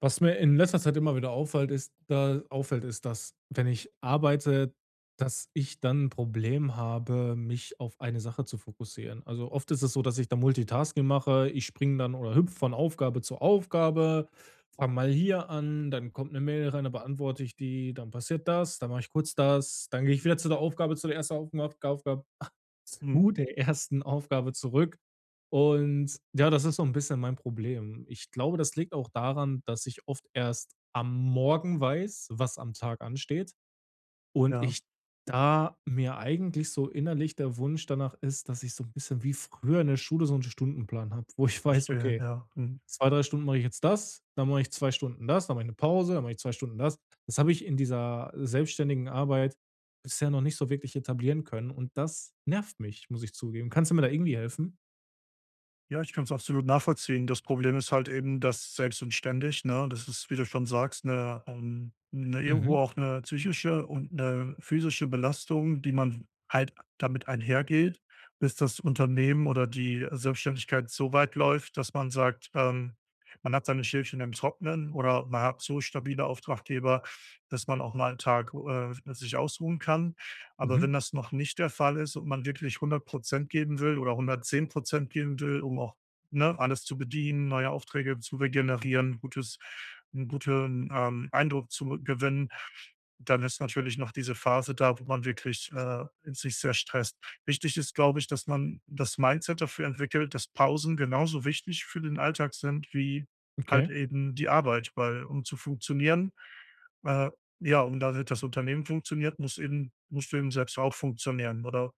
Was mir in letzter Zeit immer wieder auffällt, ist, dass, wenn ich arbeite, dass ich dann ein Problem habe, mich auf eine Sache zu fokussieren. Also, oft ist es so, dass ich da Multitasking mache. Ich springe dann oder hüpfe von Aufgabe zu Aufgabe, fange mal hier an, dann kommt eine Mail rein, dann beantworte ich die, dann passiert das, dann mache ich kurz das, dann gehe ich wieder zu der Aufgabe, Mhm. zu der ersten Aufgabe zurück. Und ja, das ist so 'n bisschen mein Problem. Ich glaube, das liegt auch daran, dass ich oft erst am Morgen weiß, was am Tag ansteht und Ja, ich da mir eigentlich so innerlich der Wunsch danach ist, dass ich so 'n bisschen wie früher in der Schule so 'n Stundenplan habe, wo ich weiß: verstehe, „Okay, ja. Mhm. 2, 3 Stunden mache ich jetzt das, dann mache ich 2 Stunden das, dann mache ich eine Pause, dann mache ich 2 Stunden das. Das habe ich in dieser selbstständigen Arbeit bisher noch nicht so wirklich etablieren können und das nervt mich, muss ich zugeben. Kannst du mir da irgendwie helfen?“ Ja, ich kann es absolut nachvollziehen. Das Problem ist halt eben, dass selbst und ständig, ne, das ist, wie du schon sagst, eine 'ne Mhm, irgendwo auch eine psychische und eine physische Belastung, die man halt damit einhergeht, bis das Unternehmen oder die Selbstständigkeit so weit läuft, dass man sagt, man hat seine Schäfchen im Trocknen oder man hat so stabile Auftraggeber, dass man auch mal 'n Tag, sich ausruhen kann. Aber mhm, wenn das noch nicht der Fall ist und man wirklich 100% geben will oder 110% geben will, um auch, ne, alles zu bedienen, neue Aufträge zu regenerieren, gutes 'n guten, Eindruck zu gewinnen, dann ist natürlich noch diese Phase da, wo man wirklich, sich sehr stresst. Wichtig ist, glaube ich, dass man das Mindset dafür entwickelt, dass Pausen genauso wichtig für den Alltag sind wie halt okay. eben die Arbeit, weil um zu funktionieren äh, ja, um damit das Unternehmen funktioniert, musst du eben selbst auch funktionieren, oder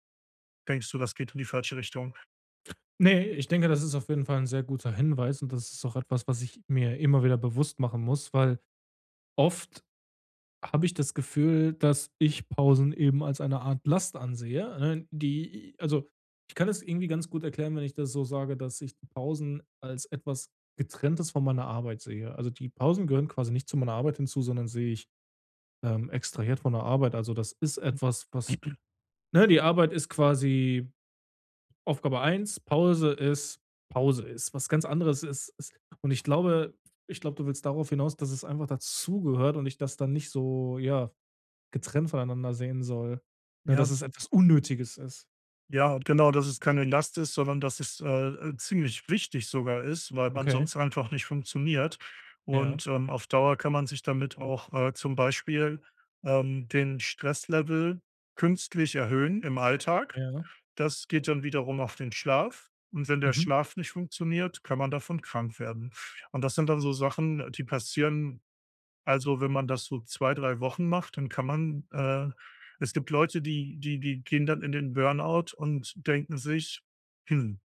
denkst du, das geht in die falsche Richtung? Ne, ich denke, das ist auf jeden Fall ein sehr guter Hinweis und das ist auch etwas, was ich mir immer wieder bewusst machen muss, weil oft habe ich das Gefühl, dass ich Pausen eben als eine Art Last ansehe, ne, die also, ich kann es irgendwie ganz gut erklären, wenn ich das so sage, dass ich die Pausen als etwas Getrenntes von meiner Arbeit sehe. Also, die Pausen gehören quasi nicht zu meiner Arbeit hinzu, sondern sehe ich, extrahiert von der Arbeit. Also, das ist etwas, was ne, die Arbeit ist quasi Aufgabe eins, Pause ist. Was ganz anderes ist und ich glaube, du willst darauf hinaus, dass es einfach dazugehört und ich das dann nicht so, ja getrennt voneinander sehen soll, ne, dass Ja. es etwas Unnötiges ist. Ja, genau, dass es keine Last ist, sondern dass es, ziemlich wichtig sogar ist, weil man Okay, sonst einfach nicht funktioniert. ja, Und, auf Dauer kann man sich damit auch, zum Beispiel, den Stresslevel künstlich erhöhen im Alltag. ja, Das geht dann wiederum auf den Schlaf. Und wenn der mhm, Schlaf nicht funktioniert, kann man davon krank werden. Und das sind dann so Sachen, die passieren also, wenn man das so 2, 3 Wochen macht, dann kann man es gibt Leute, die gehen dann in den Burnout und denken sich: „Hm,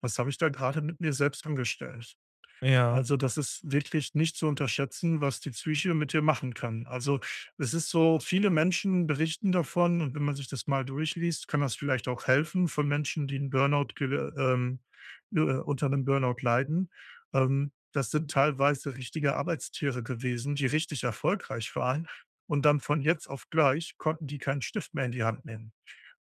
was habe ich da gerade mit mir selbst angestellt?“ ja, Also, das ist wirklich nicht zu unterschätzen, was die Psyche mit dir machen kann. Also, es ist so, viele Menschen berichten davon und wenn man sich das mal durchliest, kann das vielleicht auch helfen von Menschen, die 'n Burnout gel unter 'nem Burnout leiden. Das sind teilweise richtige Arbeitstiere gewesen, die richtig erfolgreich waren und dann von jetzt auf gleich konnten die keinen Stift mehr in die Hand nehmen.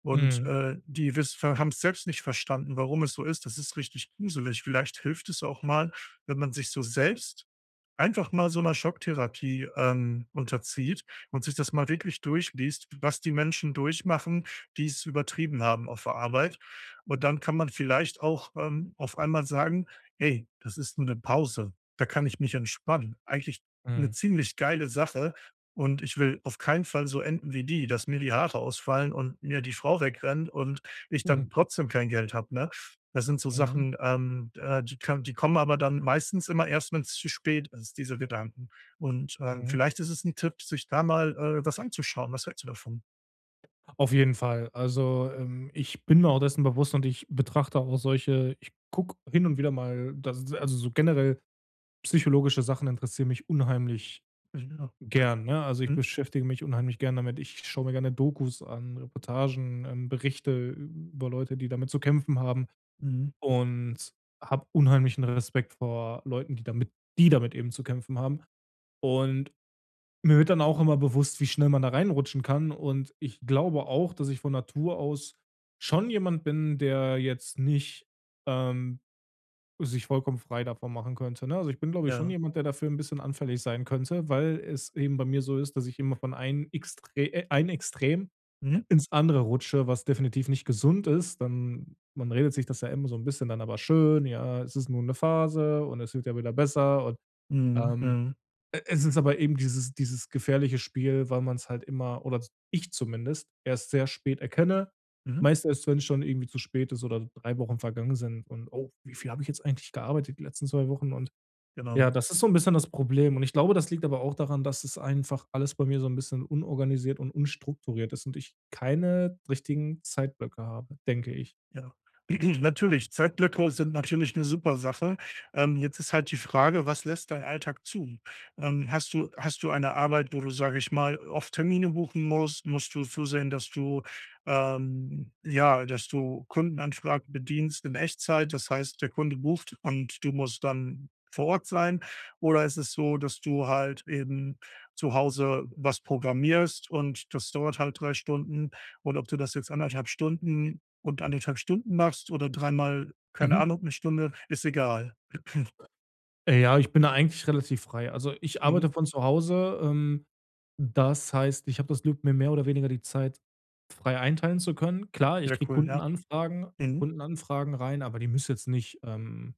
Und, mhm, die haben es selbst nicht verstanden, warum es so ist. Das ist richtig gruselig. Vielleicht hilft es auch mal, wenn man sich so selbst einfach mal so 'ner Schocktherapie, unterzieht und sich das mal wirklich durchliest, was die Menschen durchmachen, die es übertrieben haben auf der Arbeit. Und dann kann man vielleicht auch, auf einmal sagen: „Hey, das ist nur eine Pause. Da kann ich mich entspannen.“ Eigentlich eine mhm, ziemlich geile Sache, und ich will auf keinen Fall so enden wie die, dass mir die Haare ausfallen und mir die Frau wegrennt und ich mhm, dann trotzdem kein Geld habe, ne? Das sind so mhm, Sachen, die kommen aber dann meistens immer erst, wenn's zu spät ist, diese Gedanken. Und, mhm. vielleicht ist es ein Tipp, sich da mal, was anzuschauen. Was hältst du davon? Auf jeden Fall. Also, ich bin mir auch dessen bewusst und ich betrachte auch solche ich gucke hin und wieder mal, das also, so generell psychologische Sachen interessieren mich unheimlich Ja. gern, ne? Also, ich Mhm. beschäftige mich unheimlich gern damit. Ich schaue mir gerne Dokus an, Reportagen, Berichte über Leute, die damit zu kämpfen haben. Mhm. Und habe unheimlichen Respekt vor Leuten, die damit eben zu kämpfen haben. Und mir wird dann auch immer bewusst, wie schnell man da reinrutschen kann. Und ich glaube auch, dass ich von Natur aus schon jemand bin, der jetzt nicht ähm, sich vollkommen frei davon machen könnte. Ne? Also ich bin, glaube ich, schon Ja. jemand, der dafür ein bisschen anfällig sein könnte, weil es eben bei mir so ist, dass ich immer von einem Extre ein Extrem Mhm. ins andere rutsche, was definitiv nicht gesund ist, dann man redet sich das ja immer so 'n bisschen dann aber schön: „Ja, es ist nur 'ne Phase und es wird ja wieder besser“ und, Mhm. ähm, Mhm. e es ist aber eben dieses gefährliche Spiel, weil man's halt immer oder ich zumindest erst sehr spät erkenne. Mhm. Meist erst, wenn's schon irgendwie zu spät ist oder 3 Wochen vergangen sind und: „Oh, wie viel habe ich jetzt eigentlich gearbeitet die letzten 2 Wochen?“ und ja, Genau. das ist so ein bisschen das Problem und ich glaube, das liegt aber auch daran, dass es einfach alles bei mir so ein bisschen unorganisiert und unstrukturiert ist und ich keine richtigen Zeitblöcke habe, denke ich. Ja. Natürlich, Zeitblöcke sind natürlich eine super Sache. Jetzt ist halt die Frage, was lässt dein Alltag zu? Hast du eine Arbeit, wo du, sage ich mal, oft Termine buchen musst? Musst du zusehen, dass du, ja, dass du Kundenanfragen bedienst in Echtzeit? Das heißt, der Kunde bucht und du musst dann vor Ort sein? Oder ist es so, dass du halt eben zu Hause was programmierst und das dauert halt 3 Stunden, und ob du das jetzt 1,5 Stunden und 1,5 Stunden machst oder dreimal, keine Mhm. Ahnung, 1 Stunde, ist egal. Ja, ich bin da eigentlich relativ frei. Also, ich arbeite Mhm. von zu Hause, das heißt, ich habe das Glück, mir mehr oder weniger die Zeit frei einteilen zu können. Klar, ich Sehr kriege cool, ja. Mhm. Kundenanfragen rein, aber die müssen jetzt nicht,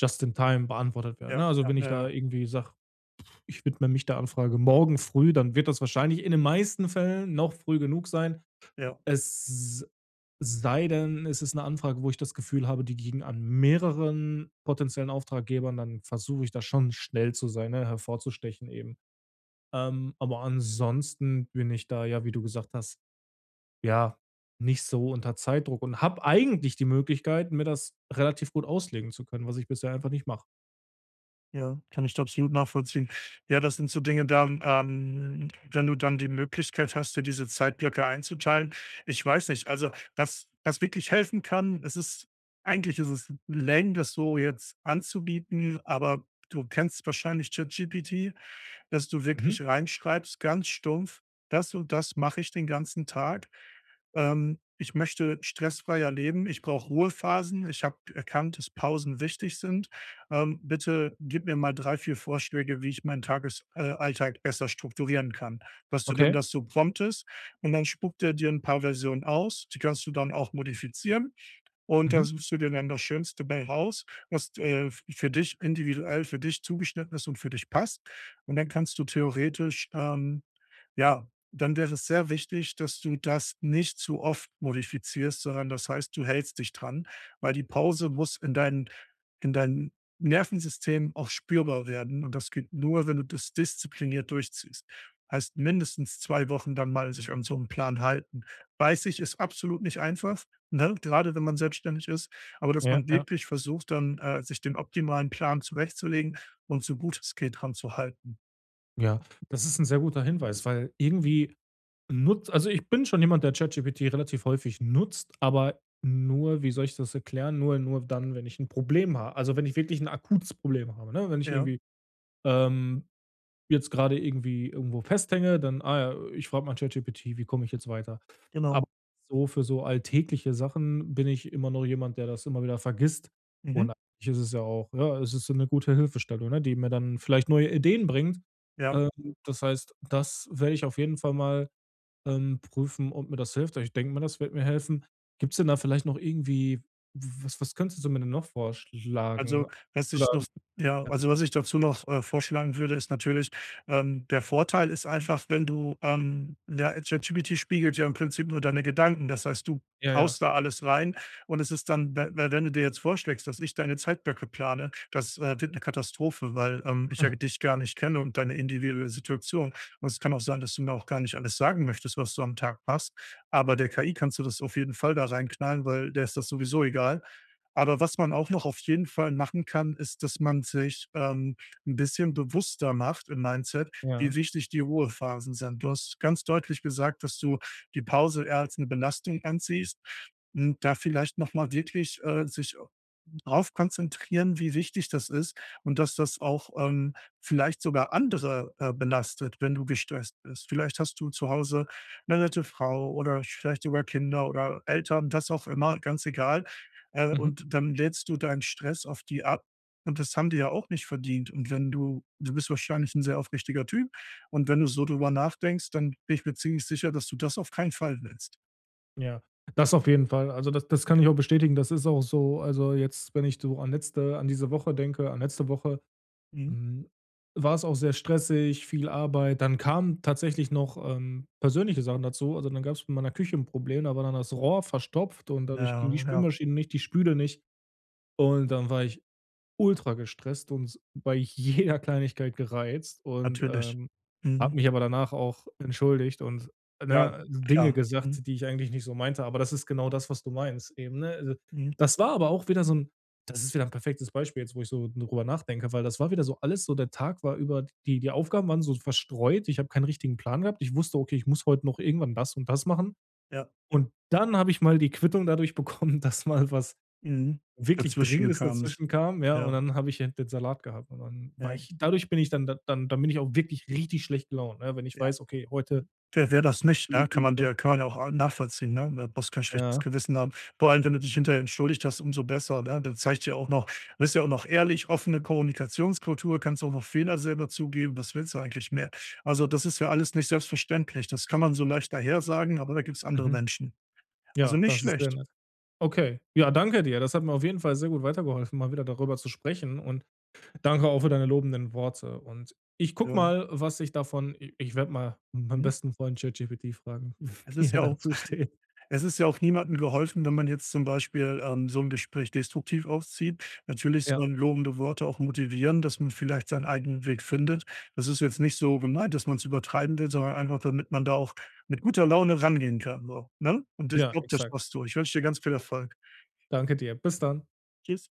just in time beantwortet werden, Ja, ne? Also, ja, wenn ich ja, da ja, irgendwie sage: ich widme mich der Anfrage morgen früh. Dann wird das wahrscheinlich in den meisten Fällen noch früh genug sein. ja. Es sei denn, es ist eine Anfrage, wo ich das Gefühl habe, die ging an mehreren potenziellen Auftraggebern, dann versuche ich da schon schnell zu sein, ne, hervorzustechen eben. Aber ansonsten bin ich da ja, wie du gesagt hast, ja, nicht so unter Zeitdruck und habe eigentlich die Möglichkeit, mir das relativ gut auslegen zu können, was ich bisher einfach nicht mache. Ja, kann ich absolut nachvollziehen. Ja, das sind so Dinge da wenn du dann die Möglichkeit hast, dir diese Zeitblöcke einzuteilen. Ich weiß nicht, also was das wirklich helfen kann, es ist eigentlich ist es lame, das so jetzt anzubieten, aber du kennst wahrscheinlich ChatGPT, dass du Mhm. wirklich reinschreibst, ganz stumpf, das und das mache ich den ganzen Tag. Ich möchte stressfreier leben, ich brauche Ruhephasen, ich habe erkannt, dass Pausen wichtig sind, bitte gib mir mal 3, 4 Vorschläge, wie ich meinen Tagesalltag besser strukturieren kann. Dass du dem Okay. das so promptest, und dann spuckt er dir ein paar Versionen aus, die kannst du dann auch modifizieren und da Mhm. suchst du dir dann das Schönste bei raus, was, für dich individuell für dich zugeschnitten ist und für dich passt. Und dann kannst du theoretisch, ja, dann wäre es sehr wichtig, dass du das nicht zu oft modifizierst, sondern das heißt, du hältst dich dran, weil die Pause muss in dein Nervensystem auch spürbar werden. Und das geht nur, wenn du das diszipliniert durchziehst. Heißt mindestens 2 Wochen dann mal sich an so einem Plan halten. Weiß ich, ist absolut nicht einfach. Ne, gerade wenn man selbstständig ist, aber dass Ja, man ja. wirklich versucht, dann, sich den optimalen Plan zurechtzulegen und so gut es geht dran zu halten. Ja, das ist ein sehr guter Hinweis, weil irgendwie ich bin schon jemand, der ChatGPT relativ häufig nutzt, aber nur wie soll ich das erklären? Nur dann, wenn ich ein Problem habe. Also, wenn ich wirklich ein akutes Problem habe, ne? Wenn ich Ja, irgendwie, ähm jetzt gerade irgendwie irgendwo festhänge, dann: „Ah ja, ich frage mal ChatGPT, wie komme ich jetzt weiter?“ Aber genau. so für so alltägliche Sachen bin ich immer noch jemand, der das immer wieder vergisst. Mhm. Und eigentlich ist es ja auch ja, es ist so 'ne gute Hilfestellung, ne, die mir dann vielleicht neue Ideen bringt. Ja. Ähm, das heißt, das werde ich auf jeden Fall mal, prüfen, ob mir das hilft. Ich denke mal, das wird mir helfen. Gibt es denn da vielleicht noch irgendwie was könntest du mir denn noch vorschlagen? Also, was Bist du da ich noch ja, also, was ich dazu noch, vorschlagen würde, ist natürlich, der Vorteil ist einfach, wenn du, ja, ChatGPT spiegelt ja im Prinzip nur deine Gedanken. Das heißt, du ja, ja. haust da alles rein und es ist dann we we wenn du dir jetzt vorschlägst, dass ich deine Zeitblöcke plane, das, wird eine Katastrophe, weil, ich ja dich gar nicht kenne und deine individuelle Situation. Und es kann auch sein, dass du mir auch gar nicht alles sagen möchtest, was du am Tag machst. Aber der KI kannst du das auf jeden Fall da reinknallen, weil der ist das sowieso egal. Aber was man auch noch auf jeden Fall machen kann, ist, dass man sich, 'n bisschen bewusster macht im Mindset, Ja. wie wichtig die Ruhephasen sind. Du hast ganz deutlich gesagt, dass du die Pause eher als eine Belastung ansiehst und da vielleicht noch mal wirklich, sich drauf konzentrieren, wie wichtig das ist und dass das auch, vielleicht sogar andere, belastet, wenn du gestresst bist. Vielleicht hast du zu Hause eine nette Frau oder vielleicht sogar Kinder oder Eltern, das auch immer, ganz egal. Mhm. Und dann lädst du deinen Stress auf die ab und das haben die ja auch nicht verdient. Und wenn du bist wahrscheinlich ein sehr aufrichtiger Typ, und wenn du so drüber nachdenkst, dann bin ich mir ziemlich sicher, dass du das auf keinen Fall willst. Ja, das auf jeden Fall. Also, das kann ich auch bestätigen. Das ist auch so also, jetzt, wenn ich so an letzte an diese Woche denke an letzte Woche, Mhm. hm, war es auch sehr stressig, viel Arbeit. Dann kamen tatsächlich noch, persönliche Sachen dazu. Also, dann gab es mit meiner Küche 'n Problem, da war dann das Rohr verstopft und dadurch ging die Ja, ja, Spülmaschine nicht, die Spüle nicht. Und dann war ich ultra gestresst und bei jeder Kleinigkeit gereizt und, natürlich. Habe Mhm. mich aber danach auch entschuldigt und, Ja, ne, Dinge klar. Mhm. gesagt, die ich eigentlich nicht so meinte, aber das ist genau das, was du meinst eben, ne? Also, Mhm. das war aber auch wieder so ein. Das ist wieder ein perfektes Beispiel jetzt, wo ich so drüber nachdenke, weil das war wieder so alles so der Tag war über die Aufgaben waren so verstreut. Ich habe keinen richtigen Plan gehabt. Ich wusste: „Okay, ich muss heute noch irgendwann das und das machen.“ Ja. Und dann habe ich mal die Quittung dadurch bekommen, dass mal was Mhm. wirklich Dazwischen Dringendes kam es. dazwischen kam, ja, und Ja. dann habe ich halt den Salat gehabt und dann war Ja, ich dadurch bin ich dann da dann dann bin ich auch wirklich richtig schlecht gelaunt, ne, wenn ich ja. weiß, okay, heute Mhm. Wer das nicht, ne? Kann man dir kann man ja auch nachvollziehen, ne? Da brauchst kein schlechtes ja, Gewissen haben. Vor allem, wenn du dich hinterher entschuldigt hast, umso besser, ne? Das zeigt ja auch noch, du bist ja auch noch ehrlich, offene Kommunikationskultur, kannst auch noch Fehler selber zugeben. Was willst du eigentlich mehr? Also, das ist ja alles nicht selbstverständlich. Das kann man so leicht daher sagen, aber da gibt's andere mhm. Menschen. Also, Ja, nicht das ist sehr schlecht. nett. Okay. Ja, danke dir. Das hat mir auf jeden Fall sehr gut weitergeholfen, mal wieder darüber zu sprechen und danke auch für deine lobenden Worte und ich gucke Ja. mal, was ich davon i ich werde mal meinen Mhm. besten Freund ChatGPT fragen, Es wie ist er ja auch dazu steht. Es ist ja auch niemandem geholfen, wenn man jetzt zum Beispiel, so ein Gespräch destruktiv auszieht. Natürlich Ja, sollen lobende Worte auch motivieren, dass man vielleicht seinen eigenen Weg findet. Das ist jetzt nicht so gemeint, dass man es übertreiben will, sondern einfach, damit man da auch mit guter Laune rangehen kann so, ne? Und ich ja, glaube, das exakt. schaffst du. Ich wünsche dir ganz viel Erfolg. Danke dir. Bis dann. Tschüss.